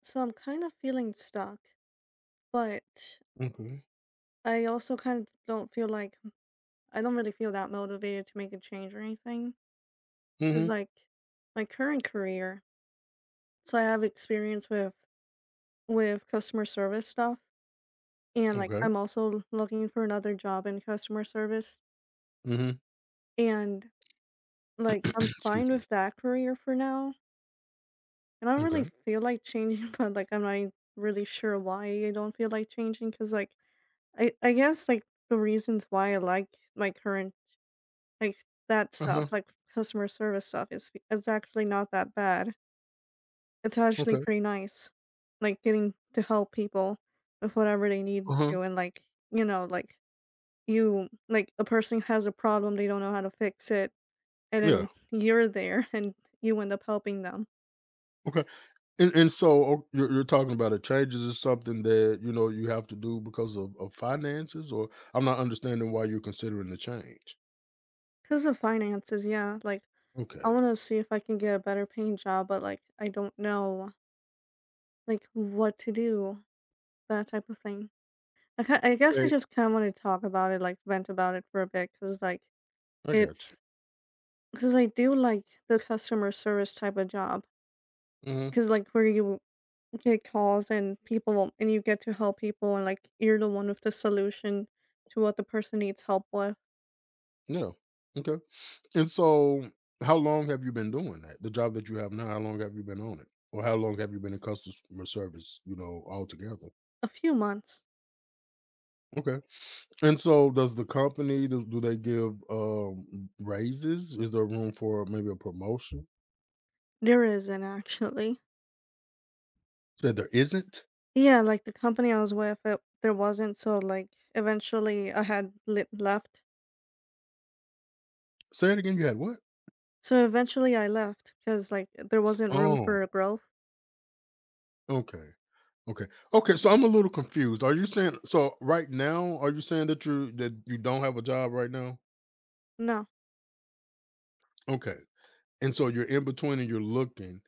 So I'm kind of feeling stuck, but Okay. I also kind of don't feel like I don't really feel that motivated to make a change or anything. Cause Mhm. like my current career, so I have experience with customer service stuff, and like Okay. I'm also looking for another job in customer service, Mhm. and like I'm fine Excuse me. with that career for now, and I don't really Okay. feel like changing, but like I'm not really sure why I don't feel like changing, cause like I guess like the reasons why I like my current like, that stuff, Uh-huh. like, customer service stuff is it's actually not that bad. It's actually Okay. pretty nice, like, getting to help people with whatever they need Uh-huh. to and, like, you know, like, you like, a person has a problem, they don't know how to fix it, and Yeah. then you're there and you end up helping them. Okay. And so you're talking about it changes is something that, you know, you have to do because of finances, or I'm not understanding why you're considering the change. Cause of finances, yeah, like, I Okay. wanna see if I can get a better paying job, but, like, I don't know, like, what to do, that type of thing. I guess I Hey, just kinda wanna talk about it, like, vent about it for a bit, because like, I got you. it's because I do like the customer service type of job, Hmm. because like, where you get calls and people and you get to help people and, like, you're the one with the solution to what the person needs help with. Yeah. Okay. And so, how long have you been doing that? The job that you have now, how long have you been on it, or how long have you been in customer service? You know, altogether. A few months. Okay. And so does the company do, do they give raises? Is there room for maybe a promotion? There isn't actually. Said there isn't? Yeah, like, the company I was with, it there wasn't, so, like, eventually I had lit left. Say it again. You had what? So, eventually I left because like, there wasn't room Oh, for growth. okay. Okay. Okay. So I'm a little confused. Are you saying so right now, are you saying that you don't have a job right now? No. Okay. And so you're in between and you're looking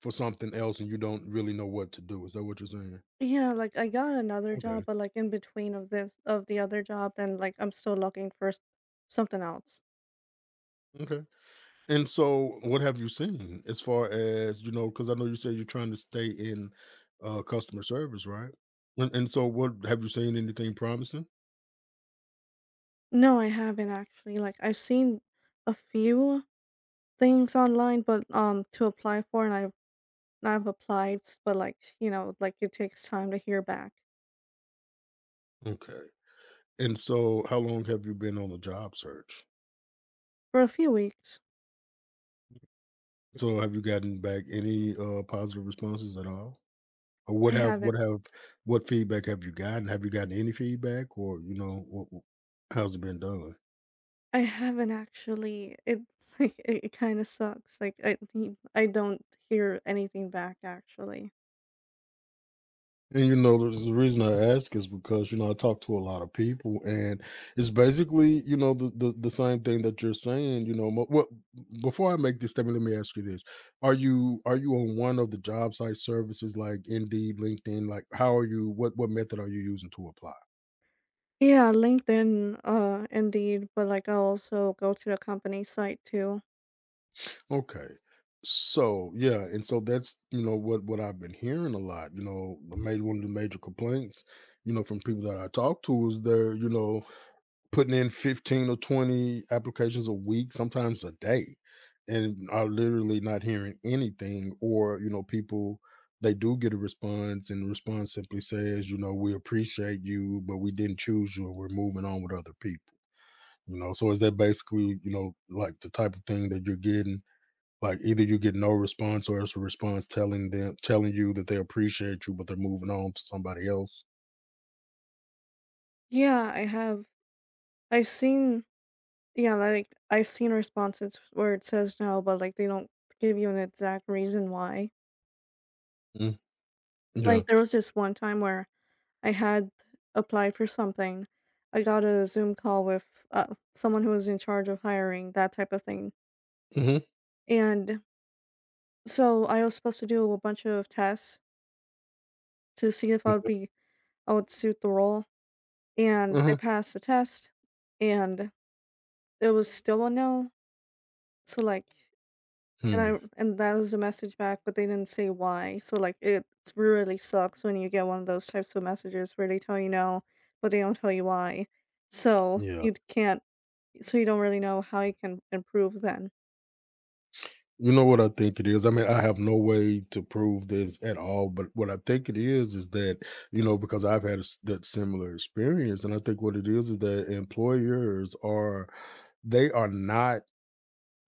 for something else and you don't really know what to do. Is that what you're saying? Yeah, like I got another job, Okay. but like in between of this of the other job, then like I'm still looking for something else. Okay. And so, what have you seen as far as you know? Because I know you said you're trying to stay in customer service, right? And so, what have you seen? Anything promising? No, I haven't actually. Like I've seen a few things online, but to apply for, and I've applied, but like like it takes time to hear back Okay. And so, how long have you been on the job search? for a few weeks. So, have you gotten back any positive responses at all? Or what I have what haven't. have what feedback have you gotten? Have you gotten any feedback, or, you know, how's it been done? I haven't actually. It like it kind of sucks. Like I don't hear anything back actually. And, you know, the reason I ask is because, you know, I talk to a lot of people, and it's basically, you know, the same thing that you're saying. You know, what before I make this statement, let me ask you this: are you, are you on one of the job site services like Indeed, LinkedIn? Like, how are you? What method are you using to apply? Yeah, LinkedIn, Indeed, but like I'll also go to the company site too. Okay. So yeah, and so that's, you know, what I've been hearing a lot. You know, the major one of the major complaints, you know, from people that I talk to is they're, you know, putting in 15 or 20 applications a week, sometimes a day, and are literally not hearing anything. Or, you know, people, they do get a response, and the response simply says, you know, we appreciate you, but we didn't choose you, and we're moving on with other people. You know, so is that basically, you know, like the type of thing that you're getting? Like either you get no response or it's a response telling you that they appreciate you, but they're moving on to somebody else. Yeah, I have. I've seen, yeah, like I've seen responses where it says no, but like they don't give you an exact reason why. Mm, yeah. Like there was this one time where I had applied for something. I got a Zoom call with someone who was in charge of hiring, that type of thing. Mm-hmm. And so I was supposed to do a bunch of tests to see if I would be, I would suit the role. And I Uh-huh. passed the test, and it was still a no, so, like and Hmm. I and that was a message back, but they didn't say why, so, like, it really sucks when you get one of those types of messages where they tell you no, but they don't tell you why. So, Yeah. you can't so you don't really know how you can improve then. You know what I think it is? I mean, I have no way to prove this at all, but what I think it is that, you know, because I've had a s that similar experience, and I think what it is that employers are, they are not,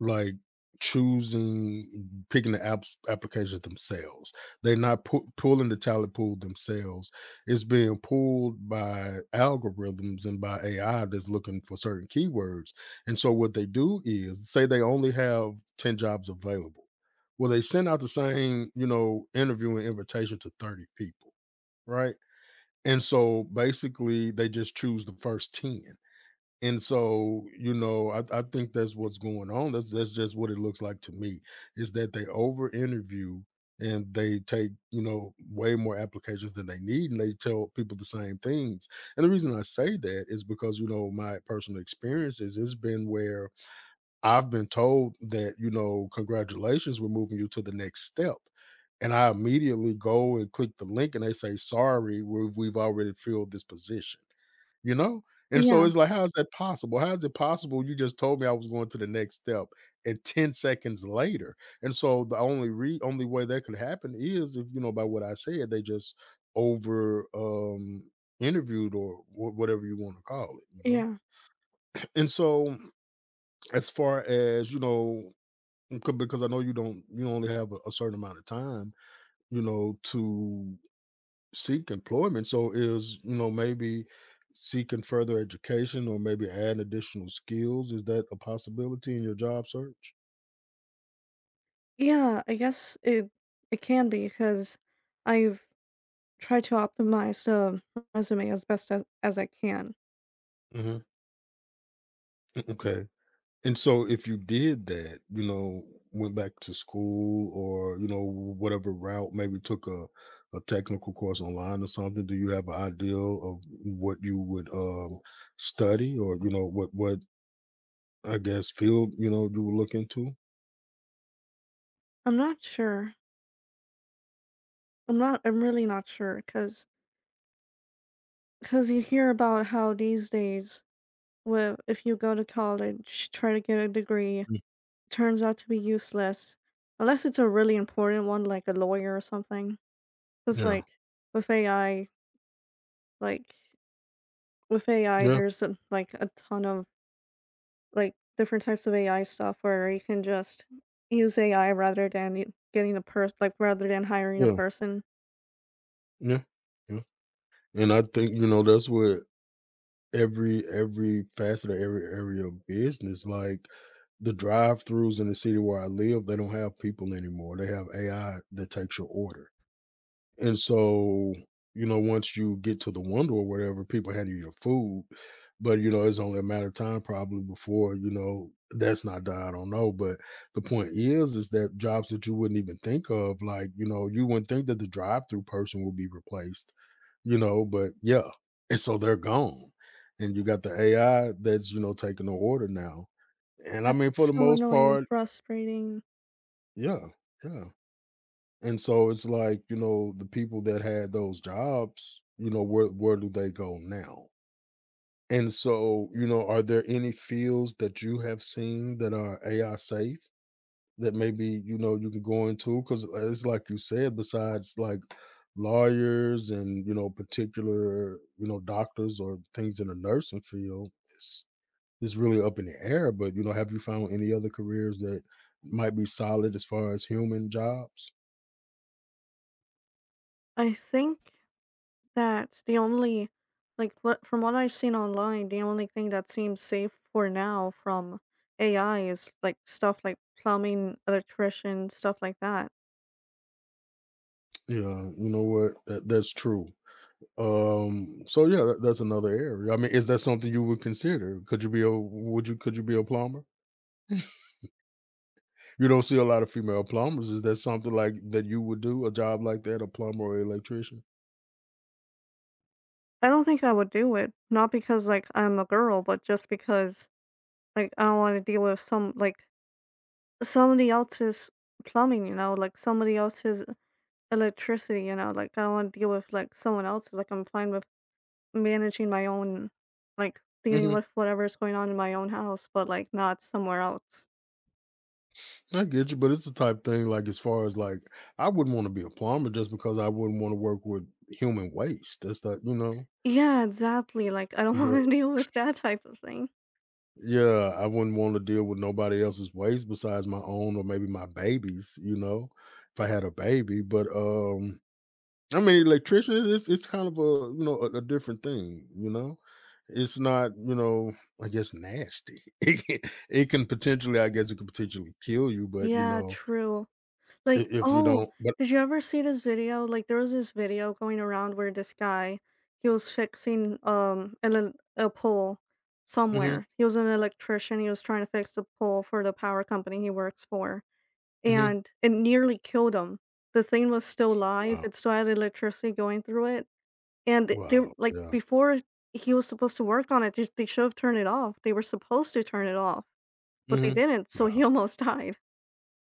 like, choosing picking the apps applications themselves. They're not pulling the talent pool themselves. It's being pulled by algorithms and by AI that's looking for certain keywords. And so what they do is, say they only have 10 jobs available. Well, they send out the same, you know, interview and invitation to 30 people, right? And so basically they just choose the first 10. And so, you know, I think that's what's going on. That's just what it looks like to me. Is that they over interview and they take, you know, way more applications than they need and they tell people the same things. And the reason I say that is because, you know, my personal experiences has been where I've been told that, you know, congratulations, we're moving you to the next step. And I immediately go and click the link and they say, sorry, we've already filled this position. You know? And so Yeah, it's like, how is that possible? How is it possible you just told me I was going to the next step and 10 seconds later? And so the only way that could happen is if, you know, by what I said, they just over interviewed or whatever you want to call it, you know? yeah. And so as far as, you know, because I know you don't you only have a certain amount of time, you know, to seek employment. So is, you know, maybe seeking further education or maybe adding additional skills. Is that a possibility in your job search? Yeah, I guess it can be because 'cause I've tried to optimize the resume as best as I can. Hmm. Okay. And so if you did that, you know, went back to school or, you know, whatever route, maybe took a technical course online or something, do you have an idea of what you would, study, or, you know, what, I guess field, you know, you would look into. I'm not sure. I'm really not sure, cause you hear about how these days with if you go to college, try to get a degree, Mm. turns out to be useless, unless it's a really important one like a lawyer or something. Cause Yeah. like with AI, like with AI, Yeah. there's a, like a ton of like different types of AI stuff where you can just use AI rather than getting a person, like rather than hiring a Yeah. person. Yeah. Yeah. And I think, you know, that's what every facet of every area of business, like the drive-throughs in the city where I live, they don't have people anymore. They have AI that takes your order. And so, you know, once you get to the wonder or whatever, people hand you your food. But you know, it's only a matter of time probably before, you know, that's not done. I don't know. But the point is that jobs that you wouldn't even think of, like, you know, you wouldn't think that the drive through person would be replaced, you know, but yeah. And so they're gone. And you got the AI that's, you know, taking the order now. And I That's mean for the so most annoying and part, frustrating. yeah, yeah. And so it's like, you know, the people that had those jobs, you know, where do they go now? And so, you know, are there any fields that you have seen that are AI safe that maybe, you know, you can go into? Because it's like you said, besides like lawyers and, you know, particular, you know, doctors or things in the nursing field, it's really up in the air. But, you know, have you found any other careers that might be solid as far as human jobs? I think That's the only like what from what I've seen online, the only thing that seems safe for now from AI is like stuff like plumbing, electrician, stuff like that. Yeah, you know what? That's true. So yeah, that's another area. I mean, is that something you would consider? Could you be a would you could you be a plumber? You don't see a lot of female plumbers. Is that something like that you would do a job like that, a plumber or electrician? I don't think I would do it, not because like I'm a girl, but just because like I don't want to deal with some like somebody else's plumbing, you know, like somebody else's electricity, you know, like I don't want to deal with like someone else's. Like I'm fine with managing my own, like, dealing Hmm. with whatever's going on in my own house, but, like, not somewhere else. I get you, but it's the type thing like as far as like I wouldn't want to be a plumber just because I wouldn't want to work with human waste. That's not you Yeah, exactly, like, I don't know. wanna deal with that type of thing. Yeah, I wouldn't want to deal with nobody else's waste besides my own or maybe my baby's, you know, if I had a baby. But I mean electrician, it's kind of a, you know, a different thing, you know. It's not, you know, I guess nasty. It can potentially, I guess it could potentially kill you, but, you Yeah, know, true. Like, if you oh, don't, but did you ever see this video? Like, there was this video going around where this guy, he was fixing, an el a pole hmm, somewhere. He was an electrician, he was trying to fix the pole for the power company he works for, hmm, and it nearly killed him. The thing was still live, wow. it still had electricity going through it. And they were Wow. like, Yeah. before he was supposed to work on it, they should have turned it off. They were supposed to turn it off, but they Hmm. didn't, so Wow. he almost died.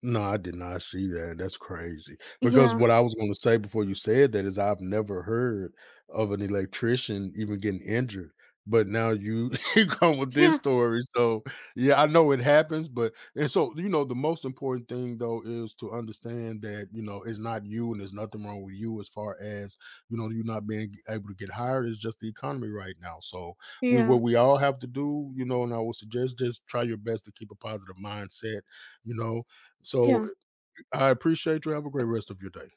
No, I did not see that, that's crazy, because Yeah. what I was gonna say before you said that is I've never heard of an electrician even getting injured, but now you you come with this Yeah. story, so, yeah, I know it happens, but and so, you know, the most important thing, though, is to understand that, you know, it's not you and there's nothing wrong with you as far as, you know, you not being able to get hired, it's just the economy right now, so, we Yeah. what we all have to do, you know, and I would suggest just try your best to keep a positive mindset, you know? So Yeah. I appreciate you. Have a great rest of your day.